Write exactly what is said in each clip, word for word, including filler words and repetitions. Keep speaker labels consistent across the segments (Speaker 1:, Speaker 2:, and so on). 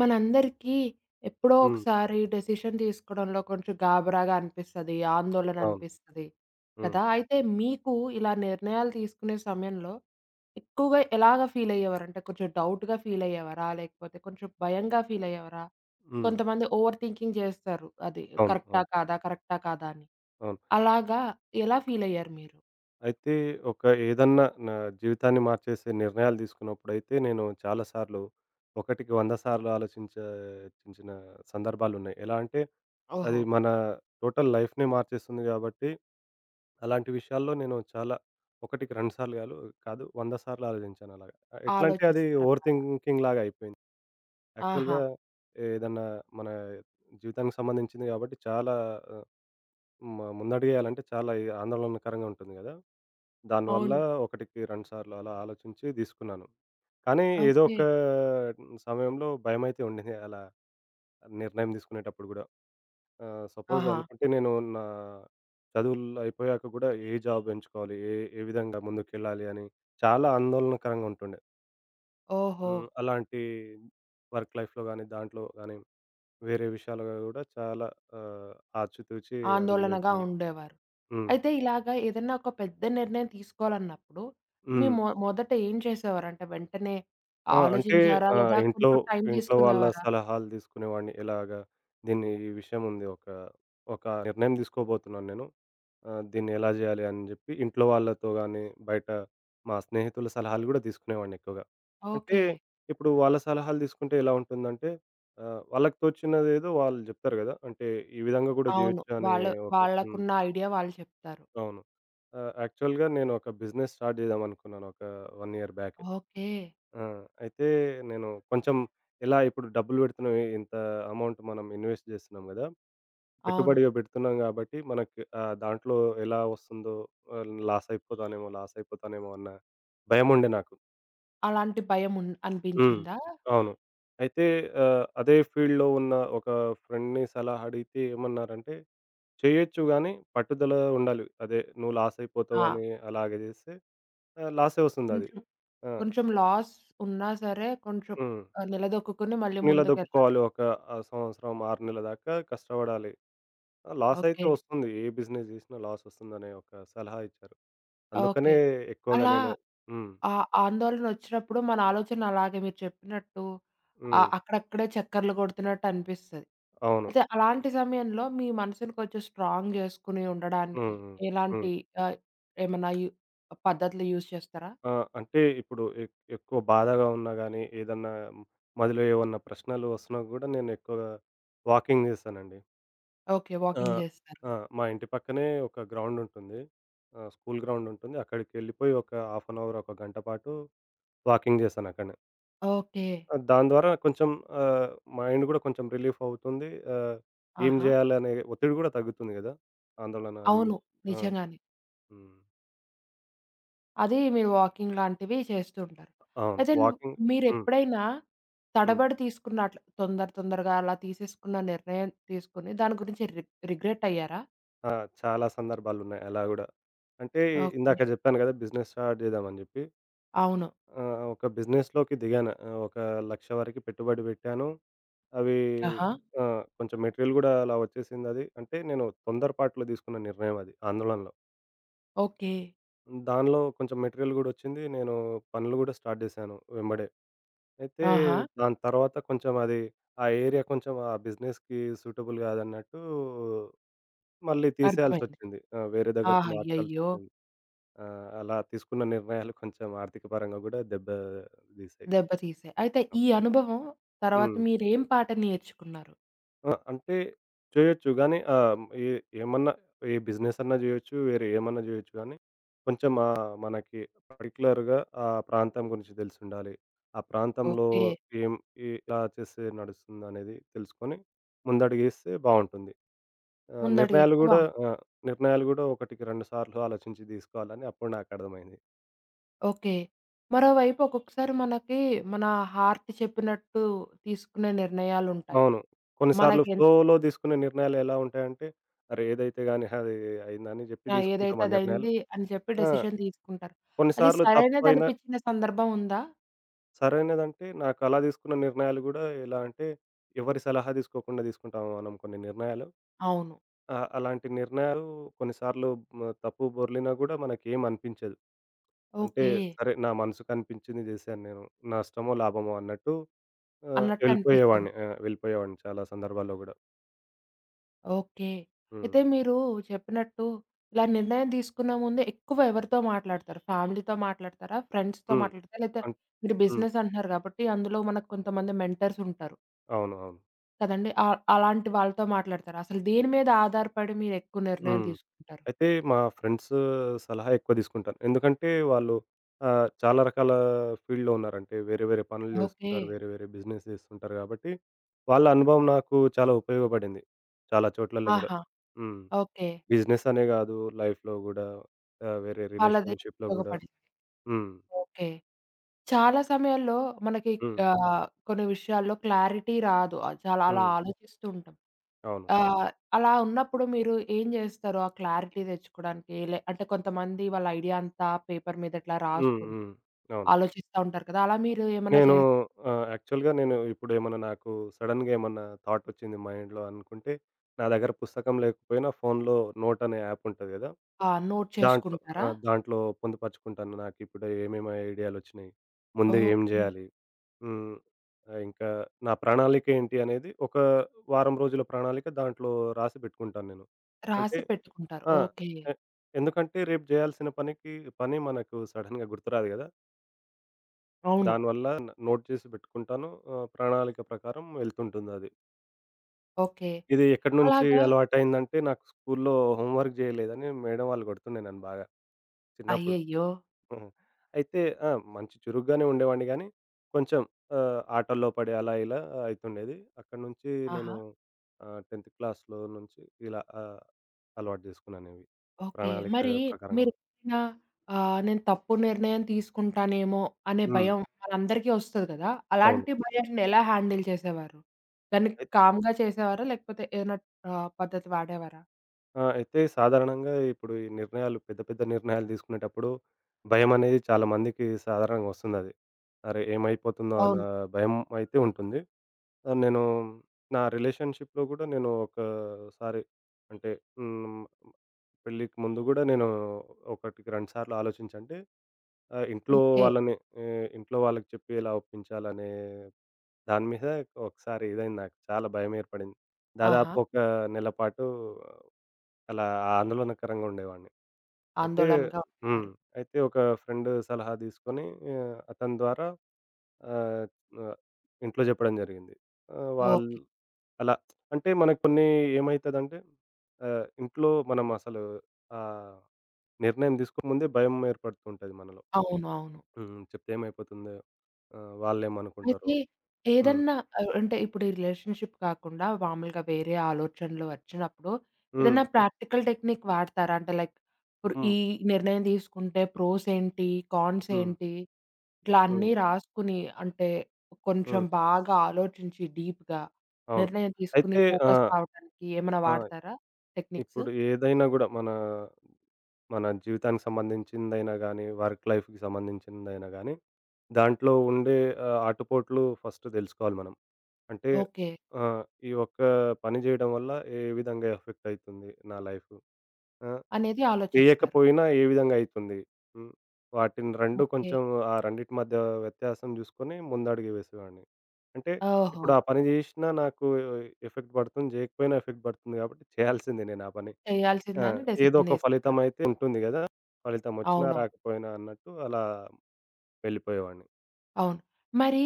Speaker 1: మనందరికీ ఎప్పుడో
Speaker 2: హ్మ్.
Speaker 1: ఒకసారి డెసిషన్ తీసుకోవడంలో కొంచెం గాబరాగా అనిపిస్తది. ఆందోళన
Speaker 2: అవును.
Speaker 1: అనిపిస్తది
Speaker 2: హ్మ్.
Speaker 1: కదా! అయితే మీకు ఇలా నిర్ణయాలు తీసుకునే సమయంలో ఎక్కువగా ఎలాగా ఫీల్ అయ్యేవారంటే కొంచెం డౌట్‌గా ఫీల్ అయ్యేవారా? లేకపోతే కొంచెం భయంగా ఫీల్ అయ్యేవారా?
Speaker 2: హ్మ్.
Speaker 1: కొంతమంది ఓవర్ థింకింగ్ చేస్తారు. అది
Speaker 2: అవును.
Speaker 1: కరెక్టా?
Speaker 2: అవును.
Speaker 1: కాదా? కరెక్టా? కాదా? అని.
Speaker 2: అవును.
Speaker 1: అలాగా ఎలా ఫీల్ అయ్యారు మీరు?
Speaker 2: అయితే ఒక ఏదన్నా నా జీవితాన్ని మార్చేసే నిర్ణయాలు తీసుకున్నప్పుడైతే నేను చాలా సార్లు ఒకటికి వంద సార్లు ఆలోచించే చించిన సందర్భాలున్నాయి. ఎలా అంటే
Speaker 1: ఓహో!
Speaker 2: అది మన టోటల్ లైఫ్‌నే మార్చేస్తుంది కాబట్టి అలాంటి విషయాల్లో నేను చాలా ఒకటికి రెండు సార్లు గాదు, కాదు వంద సార్లు ఆలోచించాను అలాగా. ఎట్లా అంటే అది ఓవర్
Speaker 1: ఆలోచిస్తారన్నమాట.
Speaker 2: థింకింగ్ లాగా అయిపోయింది.
Speaker 1: ఆహా!
Speaker 2: యాక్చువల్‌గా ఏదన్నా మన జీవితానికి సంబంధించింది కాబట్టి చాలా ఆహ్ మ ముందడుగేయాలంటే చాలా ఇ ఆందోళనకరంగా ఉంటుంది గదా! దానివల్ల
Speaker 1: అవును.
Speaker 2: ఒకటికి రెండు సార్లు అలా ఆలోచించి తీసుకున్నాను. కానీ ఏదో
Speaker 1: ఓకే.
Speaker 2: ఒక సమయంలో భయమైతే ఉండింది అలా నిర్ణయం తీసుకునేటప్పుడు గూడా. ఆహ్, సపోజ్
Speaker 1: ఆహా!
Speaker 2: అనుకుంటే నేను నా చదువులు అయిపోయాక గూడా ఏ జాబ్ ఎంచుకోవాలి? ఏ ఏ విధంగా ముందుకెళ్ళాలి? అని చాలా ఆందోళనకరంగా ఉంటుండే.
Speaker 1: ఓహో!
Speaker 2: హ్మ్. అలాంటి వర్క్ లైఫ్‌లో గానీ, దాంట్లో గానీ, వేరే విషయాలుగా గూడా చాలా ఆహ్, ఆచితూచి
Speaker 1: ఆందోళనగా
Speaker 2: అడుగులేసాను.
Speaker 1: ఉండేవారు.
Speaker 2: హ్మ్.
Speaker 1: అయితే ఇలాగ ఏదన్నా ఒక పెద్ద నిర్ణయం తీసుకోవాలన్నప్పుడు, మీ
Speaker 2: హ్మ్.
Speaker 1: మొ మొదట ఏం చేసేవారంటే వెంటనే
Speaker 2: ఆ! అంటే
Speaker 1: ఆలోచించారా?
Speaker 2: ఆహ్,
Speaker 1: లేదా
Speaker 2: ఇంట్లో
Speaker 1: కొంచెం టైం
Speaker 2: ఇంట్లో వాళ్ళ
Speaker 1: తీసుకునేవారా?
Speaker 2: సలహాలు తీసుకునేవాడిని. ఎలాగా దీన్ని ఈ విషయం ఉంది ఒక, ఒక నిర్ణయం తీసుకోబోతున్నాను నేను. ఆహ్, దీన్ని ఎలా చేయాలి అని చెప్పి ఇంట్లో వాళ్ళతో గానీ, బయట మా స్నేహితుల సలహాలు గూడా తీసుకునేవాడిని ఎక్కువగా. అంటే
Speaker 1: ఓకే.
Speaker 2: ఇప్పుడు వాళ్ళ సలహాలు తీసుకుంటే ఎలా ఉంటుందంటే ఆహ్, వాళ్ళకి తోచినదేదో వాళ్ళు చెప్తారు గదా! అంటే ఈ విధంగా గూడా
Speaker 1: అవును.
Speaker 2: జేయొచ్చు అనే
Speaker 1: వాళ్ళు
Speaker 2: ఒక హ్మ్.
Speaker 1: వాళ్ళకున్న ఐడియా వాళ్ళు చెప్తారు.
Speaker 2: అవును. ఆహ్, యాక్చువల్‌గా నేను ఒక బిజినెస్ స్టార్ట్ చేద్దామనుకున్నాను ఒక 1 ఇయర్ బ్యాక్.
Speaker 1: ఓకే.
Speaker 2: ఆ! అయితే నేను కొంచెం ఎలా ఇప్పుడు డబ్బులు పెడుతున్నాం ఇంత అమౌంట్ మనం ఇన్వెస్ట్ చేస్తున్నాం గదా!
Speaker 1: అవును.
Speaker 2: పెట్టుబడిగా పెడుతున్నాం గాబట్టి మనకి ఆహ్, దాంట్లో ఎలా వస్తుందో ఆహ్, లాస్ అయిపోతానేమో, లాస్ అయిపోతానేమో అన్న భయముండే నాకు.
Speaker 1: అలాంటి భయం ఉన్
Speaker 2: హ్మ్.
Speaker 1: అనిపించిందా?
Speaker 2: అవును. అయితే ఆహ్, అదే ఫీల్డ్‌లో ఉన్న ఒక ఫ్రెండ్‌ని సలహా అడిగితే ఏమన్నారంటే, "చేయొచ్చు గానీ పట్టుదల ఉండాలి. అదే నువ్వు లాస్ అయిపోతావు
Speaker 1: ఆ!
Speaker 2: అని అలాగ చేస్తే ఆహ్, లాసే వస్తుందది."
Speaker 1: కొంచెం,
Speaker 2: ఆ!
Speaker 1: కొంచెం లాస్ ఉన్నా సరే కొంచెం
Speaker 2: హ్మ్.
Speaker 1: ఆహ్, నిలదొక్కుకొని మళ్ళీ ముందుకెళ్లాలి.
Speaker 2: నిలదొక్కుకోవాలి ఒక ఆహ్, సంవత్సరం, ఆరు నెలల దాకా కష్టపడాలి. లాస్ అయితే
Speaker 1: ఓకే.
Speaker 2: వస్తుంది. ఏ బిజినెస్ చేసినా లాస్ వస్తుందనే ఒక సలహా ఇచ్చారు.
Speaker 1: ఓకే.
Speaker 2: అందుకనే ఎక్కువగా
Speaker 1: అలా
Speaker 2: నేను హ్మ్.
Speaker 1: ఆ ఆందోళనొచ్చినప్పుడు మన ఆలోచన అలాగే మీరు చెప్పినట్టు ఆ!
Speaker 2: హ్మ్.
Speaker 1: అక్కడక్కడే చక్కర్లు కొడుతున్నట్టు అనిపిస్తది.
Speaker 2: అవును.
Speaker 1: అయితే అలాంటి సమయంలో మీ మనసుని కొంచెం స్ట్రాంగ్ చేసుకొని ఉండడానికి
Speaker 2: హ్మ్. హ్మ్. హ్మ్.
Speaker 1: ఎలాంటి ఆహ్, ఏమన్నా యు పద్ధతులు యూజ్ చేస్తారా?
Speaker 2: ఆ! అంటే ఇప్పుడు ఎక్ ఎక్కువ బాధగా ఉన్నా గానీ, ఏదన్నా మదిలో ఏమన్నా ప్రశ్నలు వస్తున్నా గూడా నేను ఎక్కువగా వాకింగ్ చేస్తానండి.
Speaker 1: ఓకే.
Speaker 2: ఆ!
Speaker 1: వాకింగ్ చేస్తారు.
Speaker 2: ఆ! మా ఇంటి పక్కనే ఒక గ్రౌండ్ ఉంటుంది. ఆహ్, స్కూల్ గ్రౌండ్ ఉంటుంది. అక్కడికెళ్ళిపోయి ఒక హాఫ్ అన్ అవర్, ఒక గంట పాటు వాకింగ్ చేశానక్కడనే.
Speaker 1: ఓకే.
Speaker 2: ఆ! దాని ద్వారా కొంచెం ఆహ్, మైండ్ గూడా కొంచెం రిలీఫ్ అవుతుంది. ఆహ్, ఏం
Speaker 1: ఆహా!
Speaker 2: జేయాలనే ఒత్తిడి గూడా తగ్గుతుంది గదా! ఆందోళన అది
Speaker 1: అవును.
Speaker 2: ఆ!
Speaker 1: నిజంగానే.
Speaker 2: హ్మ్.
Speaker 1: అది మీరు వాకింగ్ లాంటివి చేస్తూ ఉంటారు.
Speaker 2: అవును.
Speaker 1: అయితే ను
Speaker 2: వాకింగ్. హ్మ్.
Speaker 1: మీరెప్పుడైనా
Speaker 2: హ్మ్.
Speaker 1: తడబడి తీసుకున్న అట్లా తొందర తొందరగా అలా తీసేసుకున్న నిర్ణయం తీసుకొని దాని గురించి రి రిగ్రెట్ అయ్యారా?
Speaker 2: ఆ! చాలా సందర్భాలున్నాయి అలా గూడా. అంటే
Speaker 1: ఓకే.
Speaker 2: ఇందాక జెప్పాను గదా! బిజినెస్ స్టార్ట్ జేద్దామని జెప్పి.
Speaker 1: అవును.
Speaker 2: ఆ! ఒక బిజినెస్‌లోకి దిగాను. ఆహ్, ఒక 1,00,000 వరకు పెట్టుబడి పెట్టాను. అవి
Speaker 1: ఆహా!
Speaker 2: ఆ! కొంచెం మెటీరియల్ గూడా అలా వచ్చేసిందది. అంటే నేను తొందరపాటులో తీసుకున్న నిర్ణయం అది ఆందోళనలో.
Speaker 1: ఓకే.
Speaker 2: దానిలో కొంచెం మెటీరియల్ గూడొచ్చింది. నేను పనులు గూడా స్టార్ట్ జేశాను వెంబడే. అయితే
Speaker 1: ఆహా!
Speaker 2: దాని తర్వాత కొంచెం అది ఆ ఏరియా కొంచెం ఆ బిజినెస్‌కి సూటబుల్ గాదన్నట్టు మళ్ళీ
Speaker 1: అర్థమైంది.
Speaker 2: తీసేయాల్సొచ్చింది. ఆ! వేరే దగ్గరికి
Speaker 1: ఆహా! అయ్యయ్యో!
Speaker 2: మార్చాల్సొచ్చింది. ఆ! అలా తీసుకున్న నిర్ణయాలు కొంచెం ఆర్థిక పరంగా గూడా దెబ్బ దీసాయి.
Speaker 1: దెబ్బ తీసాయి. అయితే ఈ
Speaker 2: అవును.
Speaker 1: అనుభవం తర్వాత
Speaker 2: హ్మ్.
Speaker 1: మీరేం పాఠం నేర్చుకున్నారు?
Speaker 2: ఆ! అంటే చేయొచ్చు గానీ ఆహ్, ఏ ఏమన్నా ఏ బిజినెస్ అన్నా జేయొచ్చు. వేరే ఏమన్నా జేయొచ్చు గానీ, కొంచెం ఆహ్, మనకి పర్టిక్యులర్‌గా ఆ ప్రాంతం గురించి తెలిసుండాలి. ఆ ప్రాంతంలో
Speaker 1: ఓకే.
Speaker 2: ఏం ఏ ఎలా చేస్తే నడుస్తుందనేది తెలుసుకొని ముందడుగేస్తే బావుంటుంది. ఆహ్, నిర్ణయాలు
Speaker 1: ముందడుగేస్తే
Speaker 2: గూడా
Speaker 1: బావుంది.
Speaker 2: ఆ! నిర్ణయాలు గూడా ఒకటికి రెండు సార్లు ఆలోచించి దీసుకోవాలని అప్పుడు నాకర్థమైంది.
Speaker 1: ఓకే. మరోవైపు ఒక్కొక్కసారి మనకి మన హార్ట్ చెప్పినట్టు తీసుకునే నిర్ణయాలుంటాయి.
Speaker 2: అవును. కొన్నిసార్లు
Speaker 1: మనకి ఎంత
Speaker 2: ఫ్లోలో తీసుకునే నిర్ణయాలు ఎలా ఉంటాయంటే, అరే! ఏదైతే గాని అది అయిందని జెప్పి
Speaker 1: ఆ! ఏదైతే
Speaker 2: తీసుకుంటాం ఆ నిర్ణయాలు.
Speaker 1: అదయింది అని చెప్పి
Speaker 2: ఆ!
Speaker 1: డెసిషన్ తీసుకుంటారు. అది
Speaker 2: కొన్నిసార్లు తప్పైన.
Speaker 1: సరైనదనిపించిన సందర్భం ఉందా?
Speaker 2: సరైనదంటే నాకలా తీసుకున్న నిర్ణయాలు గూడా ఎలా అంటే, ఎవరి సలహా తీసుకోకుండా తీసుకుంటాము మనం కొన్ని నిర్ణయాలు.
Speaker 1: అవును.
Speaker 2: ఆ! అలాంటి నిర్ణయాలు కొన్నిసార్లు మ తప్పు బొర్లినా గూడా మనకేం అనిపించదు. అంటే
Speaker 1: ఓకే.
Speaker 2: సరే నా మనసుకనిపించింది జేశాను నేను. నష్టమో, లాభమో అన్నట్టు ఆహ్,
Speaker 1: అన్నట్టనిపిస్తుంది.
Speaker 2: వెళ్ళిపోయేవాడిని. ఆ! వెళ్ళిపోయేవాడిని చాలా సందర్భాల్లో గూడా.
Speaker 1: ఓకే.
Speaker 2: హ్మ్.
Speaker 1: అయితే మీరు చెప్పినట్టు ఇలా నిర్ణయం తీసుకునే ముందు ఎక్కువ ఎవరితో మాట్లాడతారు? ఫ్యామిలీతో మాట్లాడతారా? ఫ్రెండ్స్‌తో
Speaker 2: హ్మ్.
Speaker 1: మాట్లాడతారా? లేతే
Speaker 2: అన్
Speaker 1: మీరు
Speaker 2: హ్మ్.
Speaker 1: బిజినెస్ అంటున్నారు కాబట్టి అందులో మనకు కొంతమంది మెంటర్స్ ఉంటారు
Speaker 2: అవును. అవును.
Speaker 1: కదండీ! అ అలాంటి వాళ్ళతో మాట్లాడతారా? అసలు దేని మీద ఆధారపడి మీరు ఎక్కువ నిర్ణయం
Speaker 2: హ్మ్.
Speaker 1: తీసుకుంటారు?
Speaker 2: అయితే మా ఫ్రెండ్స్ సలహా ఎక్కువ తీసుకుంటాను. ఎందుకంటే వాళ్ళు ఆహ్, చాలా రకాల ఫీల్డ్‌లో ఉన్నారంటే వేరే వేరే పనులు
Speaker 1: ఓకే.
Speaker 2: చేస్తుంటారు. వేరే వేరే బిజినెస్ చేస్తుంటారు కాబట్టి వాళ్ళ అనుభవం నాకు చాలా ఉపయోగపడింది. చాలా చోట్లల్లో గూడా.
Speaker 1: ఆహా!
Speaker 2: హ్మ్.
Speaker 1: ఓకే.
Speaker 2: బిజినెస్ అనే గాదు, లైఫ్‌లో గూడా, ఆహ్, వేరే
Speaker 1: వాళ్ళది
Speaker 2: రిలేషన్‌షిప్‌లో గూడా.
Speaker 1: ఉపయోగపడింది.
Speaker 2: హ్మ్.
Speaker 1: ఓకే. చాలా సమయాల్లో మనకి
Speaker 2: హ్మ్.
Speaker 1: ఆహ్, కొన్ని విషయాల్లో క్లారిటీ రాదు. ఆ, చాలా అలా
Speaker 2: హ్మ్.
Speaker 1: ఆలోచిస్తూ ఉంటాం.
Speaker 2: అవును.
Speaker 1: ఆహ్, అలా ఉన్నప్పుడు మీరు ఏం జేస్తారు? ఆ క్లారిటీ తెచ్చుకోవడానికి లే అంటే కొంతమంది వాళ్ళ ఐడియా అంతా పేపర్ మీద ఇట్లా
Speaker 2: హ్మ్.
Speaker 1: రాసుకొని
Speaker 2: హ్మ్. అవును.
Speaker 1: ఆలోచిస్తా ఉంటారు కదా! అలా మీరు ఏమన్నా
Speaker 2: నేను
Speaker 1: చేస్
Speaker 2: ఆహ్, యాక్చువల్‌గా నేను ఇప్పుడేమన్నా నాకు సడెన్‌గా ఏమన్నా థాట్ వచ్చింది మైండ్‌లో అనుకుంటే, నా దగ్గర పుస్తకం లేకపోయినా ఫోన్‌లో నోట్ అనే యాప్ ఉంటది గదా!
Speaker 1: ఆ! నోట్
Speaker 2: దాంట్లో
Speaker 1: చేసుకుంటారా?
Speaker 2: ఆ! దాంట్లో పొందుపరుచుకుంటాను. నాకిప్పుడు ఏమేమి ఐడియాలొచ్చినాయి, ముందు ఏం
Speaker 1: ఓకే.
Speaker 2: జేయాలి, హ్మ్. ఆహ్, ఇంకా నా ప్రణాళిక ఏంటి అనేది ఒక వారం రోజుల ప్రణాళిక దాంట్లో రాసి బెట్టుకుంటాను నేను. అంటే
Speaker 1: రాసి పెట్టుకుంటారు.
Speaker 2: ఆ!
Speaker 1: ఓకే.
Speaker 2: ఎ ఎందుకంటే రేపు జేయాల్సిన పనికి పని మనకు సడెన్‌గా గుర్తురాదు గదా!
Speaker 1: అవును.
Speaker 2: దానివల్ల నోట్ చేసి పెట్టుకుంటాను. ఆహ్, ప్రణాళిక ప్రకారం వెళ్తుంటుందది.
Speaker 1: ఓకే.
Speaker 2: ఇది ఎక్కడినుంచి
Speaker 1: అలాగా
Speaker 2: అలవాటయిందంటే నాకు స్కూల్లో హోంవర్క్ జేయలేదని మేడం వాళ్ళు కొడుతుండే నన్ను బాగా చిన్నప్పుడు.
Speaker 1: అయ్యయ్యో!
Speaker 2: హ్మ్. అయితే ఆ! మంచి చురుగ్గానే ఉండేవాడిని గానీ, కొంచెం ఆహ్, ఆటల్లో పడి అలా ఇలా అయితుండేది. అక్కడి నుంచి
Speaker 1: ఆహా!
Speaker 2: నేను ఆహ్, 10థ్ క్లాస్‌లో నుంచి ఇలా ఆహ్, అలవాటు జేసుకున్నానివి.
Speaker 1: ఓకే.
Speaker 2: ప్రణాళిక
Speaker 1: మరి
Speaker 2: ప్రకారంగా.
Speaker 1: మీరెప్పుడైనా ఆహ్, నేను తప్పు నిర్ణయం తీసుకుంటానేమో అనే
Speaker 2: హ్మ్.
Speaker 1: భయం మనందరికీ ఒస్తది గదా!
Speaker 2: అవును.
Speaker 1: అలాంటి భయాన్ని ఎలా హ్యాండిల్ చేసేవారు? దాన్ని కామ్‌గా చేసేవారా? లేకపోతే ఏదైనా ఆహ్, పద్ధతి వాడేవారా?
Speaker 2: ఆ! అయితే సాధారణంగా ఇప్పుడు ఈ నిర్ణయాలు పెద్ద, పెద్ద నిర్ణయాలు తీసుకునేటప్పుడు భయమనేది చాలా మందికి సాధారణంగా వస్తుందది. అరే! ఏమైపోతుందో అన్న
Speaker 1: అవును.
Speaker 2: భయం అయితే ఉంటుంది. ఆహ్, నేను నా రిలేషన్‌షిప్‌లో కూడా నేను ఒకసారి అంటే హ్మ్, పెళ్ళికి ముందు కూడా నేను ఒకటికి రెండు సార్లు ఆలోచించి అంటే ఆహ్, ఇంట్లో
Speaker 1: ఓకే.
Speaker 2: వాళ్ళని ఆహ్, ఇంట్లో వాళ్ళకి చెప్పి ఎలా ఒప్పించాలనే దాని మీద ఒకసారి ఇదైంది నాకు. చాలా భయమేర్పడింది.
Speaker 1: ఆహా!
Speaker 2: దాదాపు ఒక నెల పాటు అలా ఆందోళనకరంగా ఉండేవాడిని. అయితే
Speaker 1: ఆందోళనగా
Speaker 2: హ్మ్.
Speaker 1: ఉండేవారు.
Speaker 2: అయితే ఒక ఫ్రెండ్ సలహా తీసుకొని ఆహ్, అతని ద్వారా ఆహ్, ఆహ్, ఇంట్లో చెప్పడం జరిగింది. ఆహ్, వాళ్ళు
Speaker 1: ఓకే.
Speaker 2: అలా. అంటే మనకు కొన్ని ఏమైతదంటే ఆహ్, ఇంట్లో మనం అసలు ఆ నిర్ణయం తీసుకోక ముందే భయం ఏర్పడుతూ ఉంటది మనలో.
Speaker 1: అవును. అవును.
Speaker 2: హ్మ్. చెప్తే ఏమైపోతుందో, ఆహ్, వాళ్ళేమనుకుంటారో.
Speaker 1: అయితే
Speaker 2: హ్మ్.
Speaker 1: ఏదన్నా ఆహ్, అంటే ఇప్పుడు ఈ రిలేషన్‌షిప్ కాకుండా మామూలుగా వేరే ఆలోచనలు వచ్చినప్పుడు
Speaker 2: హ్మ్.
Speaker 1: ఏదన్నా ప్రాక్టికల్ టెక్నిక్ వాడతారా? అంటే లైక్ ఇప్పుడు
Speaker 2: హ్మ్.
Speaker 1: ఈ నిర్ణయం తీసుకుంటే ప్రోస్ ఏంటి? కాన్స్
Speaker 2: హ్మ్.
Speaker 1: ఏంటి? ఇట్లా
Speaker 2: హ్మ్.
Speaker 1: అన్నీ రాసుకొని అంటే కొంచెం
Speaker 2: హ్మ్.
Speaker 1: బాగా ఆలోచించి డీప్‌గా
Speaker 2: అవును.
Speaker 1: నిర్ణయం తీసుకొని
Speaker 2: అయితే ఆ!
Speaker 1: ఫోకస్ అవ్వడానికి ఏమైనా
Speaker 2: ఆ!
Speaker 1: వాడతారా టెక్నిక్స్?
Speaker 2: ఇప్పుడు ఏదైనా గూడా మన మన జీవితానికి సంబంధించిందైనా గానీ, వర్క్ లైఫ్‌కి సంబంధించిందైనా గానీ, దాంట్లో ఉండే ఆహ్, ఆటుపోట్లు ఫస్ట్ దెలుసుకోవాలి మనం. అంటే
Speaker 1: ఓకే.
Speaker 2: ఆహ్, ఈ ఒక్క పని జేయడం వల్ల ఏ విధంగా ఎఫెక్ట్ అయితుంది నా లైఫు? ఆ!
Speaker 1: అనేది ఆలోచిస్తారు.
Speaker 2: చేయకపోయినా ఏ విధంగా అయితుంది? హ్మ్. వాటిని రెండు
Speaker 1: ఓకే.
Speaker 2: కొంచెం ఆ రెండిటి మధ్య వ్యత్యాసం జూసుకొని ముందడుగు వేసేవాడిని. అంటే
Speaker 1: ఓహో!
Speaker 2: ఇప్పుడు ఆ పని జేషినా నాకు ఎఫెక్ట్ బడుతుంది, జేయకపోయినా ఎఫెక్ట్ బడుతుంది గాబట్టి చేయాల్సిందే నేను ఆ పని. ఆ!
Speaker 1: చేయాల్సిందని
Speaker 2: ఏదో
Speaker 1: డెసిషన్
Speaker 2: ఒక
Speaker 1: తీసుకున్నారు.
Speaker 2: ఫలితమైతే ఉంటుంది గదా! ఫలితమొచ్చినా,
Speaker 1: అవునవును.
Speaker 2: రాకపోయినా అన్నట్టు అలా వెళ్ళిపోయేవాడిని.
Speaker 1: అవును. మరి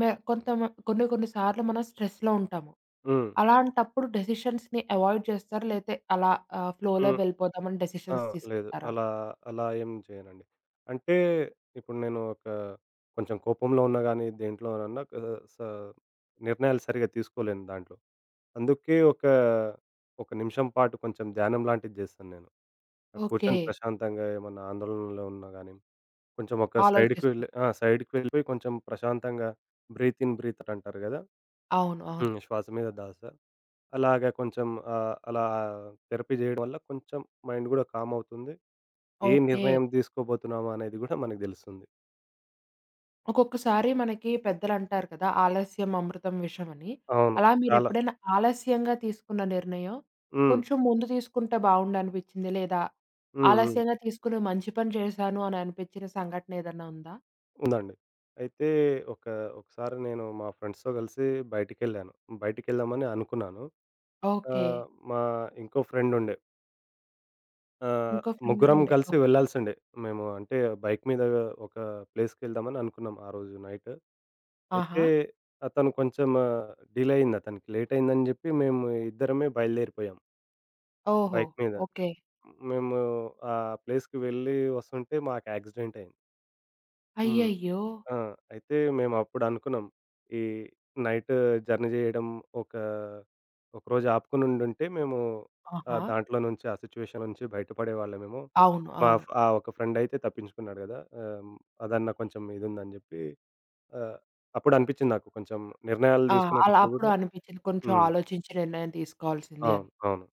Speaker 1: మె కొంతమ కొన్ని కొన్ని సార్లు మనం స్ట్రెస్‌లో ఉంటాము.
Speaker 2: హ్మ్.
Speaker 1: అలాంటప్పుడు డెసిషన్స్‌ని అవాయిడ్ చేస్తారా? లేతే అలా ఆహ్, ఫ్లోలో
Speaker 2: హ్మ్.
Speaker 1: వెళ్ళిపోదామని
Speaker 2: ఆ!
Speaker 1: డెసిషన్స్
Speaker 2: లేదు.
Speaker 1: తీసుకుంటారా?
Speaker 2: అలా, అలా ఏం చేయనండి. అంటే ఇప్పుడు నేను ఒక కొంచెం కోపంలో ఉన్నా గానీ, దేంట్లోనన్నా క స నిర్ణయాలు సరిగ్గా తీసుకోలేను దాంట్లో. అందుకే ఒక, ఒక నిమిషం పాటు కొంచెం ధ్యానం లాంటిది జేస్తాను నేను. ఆహ్,
Speaker 1: ఓకే.
Speaker 2: కూర్చొని ప్రశాంతంగా ఏమన్నా ఆందోళనలో ఉన్నా గానీ, కొంచెం ఒక సైడ్‌కి
Speaker 1: ఆలోచిస్తాం.
Speaker 2: వెళ్ళి ఆ! సైడ్‌కి వెళ్ళిపోయి కొంచెం ప్రశాంతంగా బ్రీత్ ఇన్, బ్రీత్ అవుట్ అంటారు గదా!
Speaker 1: అవును. అవును.
Speaker 2: హ్మ్. శ్వాస మీద దాస. అలాగ కొంచెం ఆహ్, అలా థెరపీ జేయడం వల్ల కొంచెం మైండ్ గూడా కామ్ అవుతుంది. ఏ
Speaker 1: ఓకే.
Speaker 2: నిర్ణయం తీసుకోబోతున్నామా అనేది గూడా మనకు దెలుస్తుంది.
Speaker 1: ఒక్కొక్కసారి మనకి పెద్దలంటారు కదా! ఆలస్యం అమృతం విషం అని.
Speaker 2: అవును.
Speaker 1: అలా
Speaker 2: చాలా.
Speaker 1: మీరెప్పుడైనా ఆలస్యంగా తీసుకున్న నిర్ణయం
Speaker 2: హ్మ్.
Speaker 1: కొంచెం ముందు తీసుకుంటే బావుండనిపించింది లేదా
Speaker 2: హ్మ్. హ్మ్.
Speaker 1: ఆలస్యంగా తీసుకుని మంచి పని చేశాను అని అనిపించిన సంఘటన ఏదన్నా ఉందా?
Speaker 2: ఉందండి. అయితే ఒక ఒకసారి నేను మా ఫ్రెండ్స్‌తో గలిసి బయటికెళ్ళాను. బయటికెళ్దామని అనుకున్నాను.
Speaker 1: ఓకే.
Speaker 2: ఆహ్, మా ఇంకో ఫ్రెండ్ ఉండే. ఆ!
Speaker 1: ఇంకో
Speaker 2: ముగ్గురం
Speaker 1: ఫ్రెండుండే.
Speaker 2: కలిసి
Speaker 1: ఓకే.
Speaker 2: వెళ్ళాల్సిండే. మేము అంటే బైక్ మీద ఒక ప్లేస్‌కెళ్దామని అనుకున్నాం ఆ రోజు నైట్. అయితే
Speaker 1: ఆహా!
Speaker 2: అతను కొంచెం డిలే అయింది అతనికి. లేట్ అయిందని జెప్పి మేము ఇద్దరమే బయలుదేరిపోయాం
Speaker 1: ఓహో!
Speaker 2: బైక్ మీద.
Speaker 1: ఓకే.
Speaker 2: మేము ఆ ప్లేస్‌కి వెళ్ళి వస్తుంటే మాకు యాక్సిడెంట్ అయింది. హ్మ్.
Speaker 1: అయ్యయ్యో!
Speaker 2: ఆ! అయితే మేమప్పుడనుకున్నాం. ఈ నైట్ జర్నీ జేయడం ఒక ఒకరోజు ఆపుకొనుండుంటే మేము ఆహ్,
Speaker 1: ఆహా!
Speaker 2: దాంట్లో నుంచి ఆ సిట్యుయేషన్ నుంచి బయటపడేవాళ్ళమేమో.
Speaker 1: అవును.
Speaker 2: మా
Speaker 1: అవును.
Speaker 2: ఫ్ ఆ ఒక ఫ్రెండయితే తప్పించుకున్నాడు గదా! ఆహ్, అదన్నా కొంచెం ఇదుందని జెప్పి ఆహ్, అప్పుడనిపిచ్చింది నాకు కొంచెం నిర్ణయాలు
Speaker 1: ఆ! అలా
Speaker 2: తీసుకునేటప్పుడు
Speaker 1: అప్పుడు
Speaker 2: గూడా.
Speaker 1: అనిపిచ్చింది కొంచెం
Speaker 2: హ్మ్.
Speaker 1: ఆలోచించి నిర్ణయం తీసుకోవాల్సింది
Speaker 2: అవును.
Speaker 1: అని.
Speaker 2: అవును.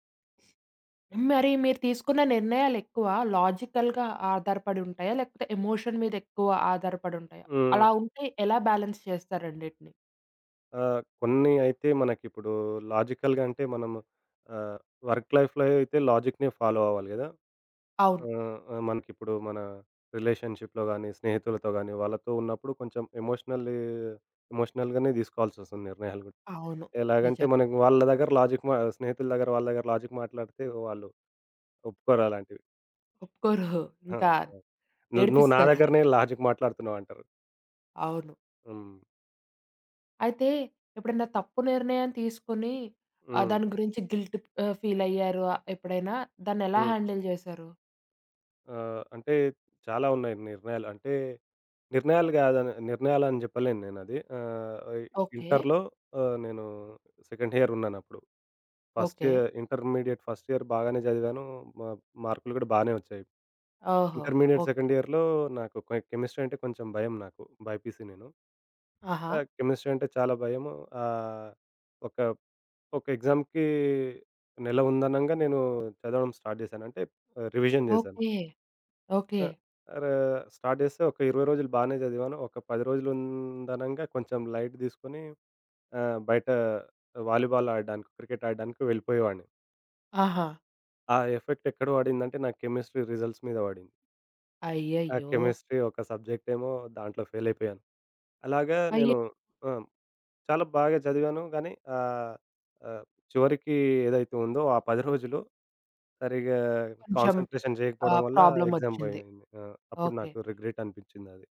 Speaker 1: మరి మీరు తీసుకున్న నిర్ణయాలెక్కువ లాజికల్‌గా ఆధారపడి ఉంటాయా? లేకపోతే ఎమోషన్ మీద ఎక్కువ ఆధారపడి ఉంటాయా?
Speaker 2: హ్మ్.
Speaker 1: అలా ఉంటే ఎలా బ్యాలెన్స్ చేస్తారు రెండిటిని?
Speaker 2: ఆహ్, కొన్ని అయితే మనకిప్పుడు లాజికల్‌గా అంటే మనం ఆహ్, వర్క్ లైఫ్‌లో అయితే లాజిక్‌నే ఫాలో అవ్వాలి గదా!
Speaker 1: అవును.
Speaker 2: ఆ! ఆ! మనకిప్పుడు మన రిలేషన్‌షిప్‌లో గాని, స్నేహితులతో గాని, వాళ్ళతో ఉన్నప్పుడు కొంచెం ఎమోషనల్లీ ఎమోషనల్‌గానే తీసుకోవాల్సొస్తుంది నిర్ణయాలు గూడా.
Speaker 1: అవును.
Speaker 2: ఎలాగంటే మనకు
Speaker 1: నిజంగానే.
Speaker 2: వాళ్ళ దగ్గర లాజిక్ మా స్నేహితుల దగ్గర వాళ్ళ దగ్గర లాజిక్ మాట్లాడితే వాళ్ళు ఒప్పుకోరు అలాంటివి.
Speaker 1: ఒప్పుకోరు.
Speaker 2: ఆ!
Speaker 1: ఇంకా
Speaker 2: ఆ! "నువ్వు నువ్వు నా
Speaker 1: ఏడిపిస్తారు.
Speaker 2: దగ్గరనే లాజిక్ మాట్లాడుతున్నావంటారు."
Speaker 1: అవును.
Speaker 2: హ్మ్.
Speaker 1: అయితే ఎప్పుడైనా తప్పు నిర్ణయం తీసుకొని ఆహ్,
Speaker 2: హ్మ్.
Speaker 1: దాని గురించి గిల్ట్ ఆహ్, ఫీల్ అయ్యారు ఆ, ఎప్పుడైనా? దాన్నెలా
Speaker 2: హ్మ్.
Speaker 1: హ్యాండిల్ చేశారు?
Speaker 2: ఆహ్, అంటే చాలా ఉన్నాయి నిర్ణయాలు. అంటే నిర్ణయాలు గాదని నిర్ణయాలని చెప్పలేను నేనది. ఆహ్,
Speaker 1: ఓకే.
Speaker 2: ఇంటర్‌లో ఆహ్, నేను సెకండ్ ఇయర్ ఉన్నానప్పుడు. First
Speaker 1: okay.
Speaker 2: Year intermediate first year బాగానే చదివాను. మా మార్కులు కూడా బానే వచ్చాయి.
Speaker 1: ఓహో!
Speaker 2: Intermediate
Speaker 1: okay.
Speaker 2: సెకండ్ ఇయర్‌లో నాకు కె కెమిస్ట్రీ అంటే కొంచెం భయం నాకు. బైపీసీ నేను.
Speaker 1: ఆహా!
Speaker 2: ఆహ్, కెమిస్ట్రీ అంటే చాలా భయము. ఆహ్, ఒక ఒక ఎగ్జామ్‌కి నెల ఉందనంగా నేను చదవడం స్టార్ట్ చేశాను. అంటే రివిజన్ చేశాను.
Speaker 1: ఓకే. ఓకే.
Speaker 2: ఆ! ర స్టార్ట్ చేస్తే ఒక ఇరవై రోజులు బానే చదివాను. ఒక పది రోజులు ఉందనంగా కొంచెం లైట్ తీసుకొని ఆహ్, బయట వాలీబాల్ ఆడడానికి, క్రికెట్ ఆడడానికి వెళ్ళిపోయేవాడిని.
Speaker 1: ఆహా!
Speaker 2: ఆ ఎఫెక్ట్ ఎక్కడ పడిందంటే నా కెమిస్ట్రీ రిజల్ట్స్ మీద పడింది. ఆ
Speaker 1: అయ్యయ్యో!
Speaker 2: కెమిస్ట్రీ ఒక సబ్జెక్ట్ ఏమో దాంట్లో ఫెయిల్ అయిపోయాను. అలాగా
Speaker 1: అయ్యో!
Speaker 2: నేను ఆ! చాలా బాగా చదివాను గానీ ఆహ్, ఆహ్, చివరికి ఏదైతే ఉందో ఆ పది రోజులు సరిగ్గా
Speaker 1: కొంచెం
Speaker 2: కాన్సంట్రేషన్ చేయకపోవడం
Speaker 1: ఆహ్,
Speaker 2: వల్ల ఎగ్జామ్
Speaker 1: ప్రాబ్లమొచ్చింది.
Speaker 2: పోయింది. ఆ! అప్పుడు
Speaker 1: ఓకే.
Speaker 2: నాకు రిగ్రెట్ అనిపించిందది.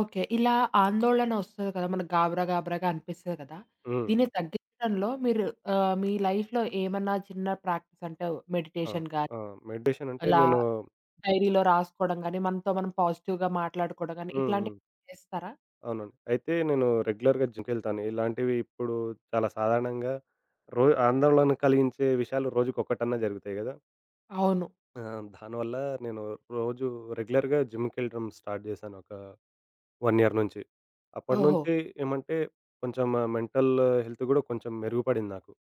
Speaker 1: ఓకే. ఇలా ఆందోళన వస్తది కదా! మనకు గాబరా గాబరాగా అనిపిస్తది కదా!
Speaker 2: హ్మ్.
Speaker 1: దీన్ని తగ్గించడంలో మీరు ఆహ్, మీ లైఫ్‌లో ఏమన్నా చిన్న ప్రాక్టీస్ అంటే
Speaker 2: ఆ!
Speaker 1: మెడిటేషన్ గాని
Speaker 2: ఆ! మెడిటేషన్ అంటే
Speaker 1: అలా
Speaker 2: నేను
Speaker 1: డైరీలో రాసుకోవడం గాని, మనతో మనం పాజిటివ్‌గా మాట్లాడుకోవడం గాని
Speaker 2: హ్మ్. హ్మ్.
Speaker 1: ఇట్లాంటివి చేస్తారా?
Speaker 2: అవునండి. అయితే నేను రెగ్యులర్‌గా జిమ్‌కెళ్తాను. ఇలాంటివి ఇప్పుడు చాలా సాధారణంగా రో ఆందోళన కలిగించే విషయాలు రోజుకొకటన్నా జరుగుతాయి గదా!
Speaker 1: అవును.
Speaker 2: ఆ! దానివల్ల నేను రోజు రెగ్యులర్‌గా జిమ్‌కెళ్ళడం స్టార్ట్ జేశాను ఒక 1 ఇయర్ నుంచి.
Speaker 1: ఓహో!
Speaker 2: అప్పటినుంచి ఏమంటే కొంచెం మెంటల్ హెల్త్ గూడా కొంచెం మెరుగుపడింది నాకు.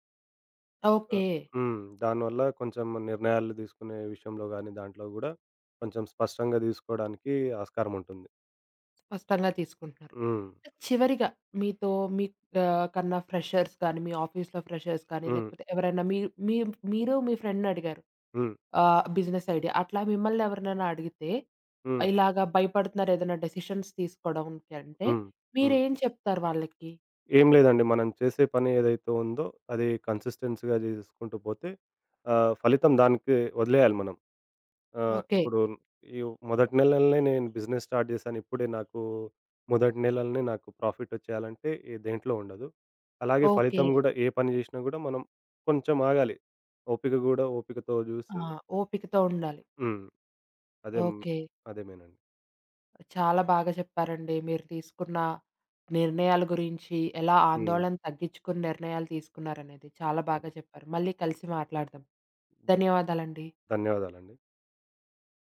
Speaker 2: ఆ!
Speaker 1: ఓకే.
Speaker 2: హ్మ్. దానివల్ల కొంచెం నిర్ణయాలు తీసుకునే విషయంలో గానీ, దాంట్లో గూడా కొంచెం స్పష్టంగా తీసుకోవడానికి ఆస్కారం ఉంటుంది.
Speaker 1: స్పష్టంగా తీసుకుంటున్నారు.
Speaker 2: హ్మ్.
Speaker 1: చివరిగా మీతో మీ ఆహ్, కన్నా ఫ్రెషర్స్ గాని, మీ ఆఫీస్‌లో ఫ్రెషర్స్ కానీ,
Speaker 2: హ్మ్.
Speaker 1: లేకపోతే ఎవరైనా మీ మీ మీరు మీ ఫ్రెండ్‌ని అడిగారు
Speaker 2: హ్మ్.
Speaker 1: ఆహ్, బిజినెస్ ఐడియా. అట్లా మిమ్మల్ని ఎవరినైనా అడిగితే
Speaker 2: హ్మ్.
Speaker 1: ఇలాగ భయపడుతున్నారు ఏదైనా డెసిషన్స్ తీసుకోవడానికి అంటే
Speaker 2: హ్మ్. హ్మ్.
Speaker 1: మీరేం చెప్తారు వాళ్ళకి?
Speaker 2: ఏం లేదండి. మనం చేసే పని ఏదైతే ఉందో అది కన్సిస్టెన్సీ‌గా చేసుకుంటూ పోతే ఆహ్, ఫలితం దానికి వదిలేయాలి మనం. ఆహ్,
Speaker 1: ఓకే.
Speaker 2: ఇప్పుడు ఈ మొదటి నెలలనే నేను బిజినెస్ స్టార్ట్ చేశాను. ఇప్పుడే నాకు మొదటి నెలలనే నాకు ప్రాఫిట్ వచ్చేయాలంటే ఏ దేంట్లో ఉండదు. అలాగే
Speaker 1: ఓకే.
Speaker 2: ఫలితం గూడా ఏ పని చేసినా గూడా మనం కొంచెం ఆగాలి. ఓపిక గూడా ఓపికతో
Speaker 1: ఆ!
Speaker 2: చూసి
Speaker 1: ఓపికతో ఉండాలి.
Speaker 2: హ్మ్. అదేం
Speaker 1: ఓకే.
Speaker 2: అదేమేనండి.
Speaker 1: చాలా బాగా చెప్పారండి. మీరు తీసుకున్న నిర్ణయాల గురించి, ఎలా
Speaker 2: హ్మ్.
Speaker 1: ఆందోళన తగ్గించుకుని నిర్ణయాలు తీసుకున్నారనేది. చాలా బాగా
Speaker 2: హ్మ్.
Speaker 1: చెప్పారు. మళ్ళీ కలిసి మాట్లాడదాం.
Speaker 2: ధ
Speaker 1: ధన్యవాదాలండి.
Speaker 2: ధన్యవాదాలండి.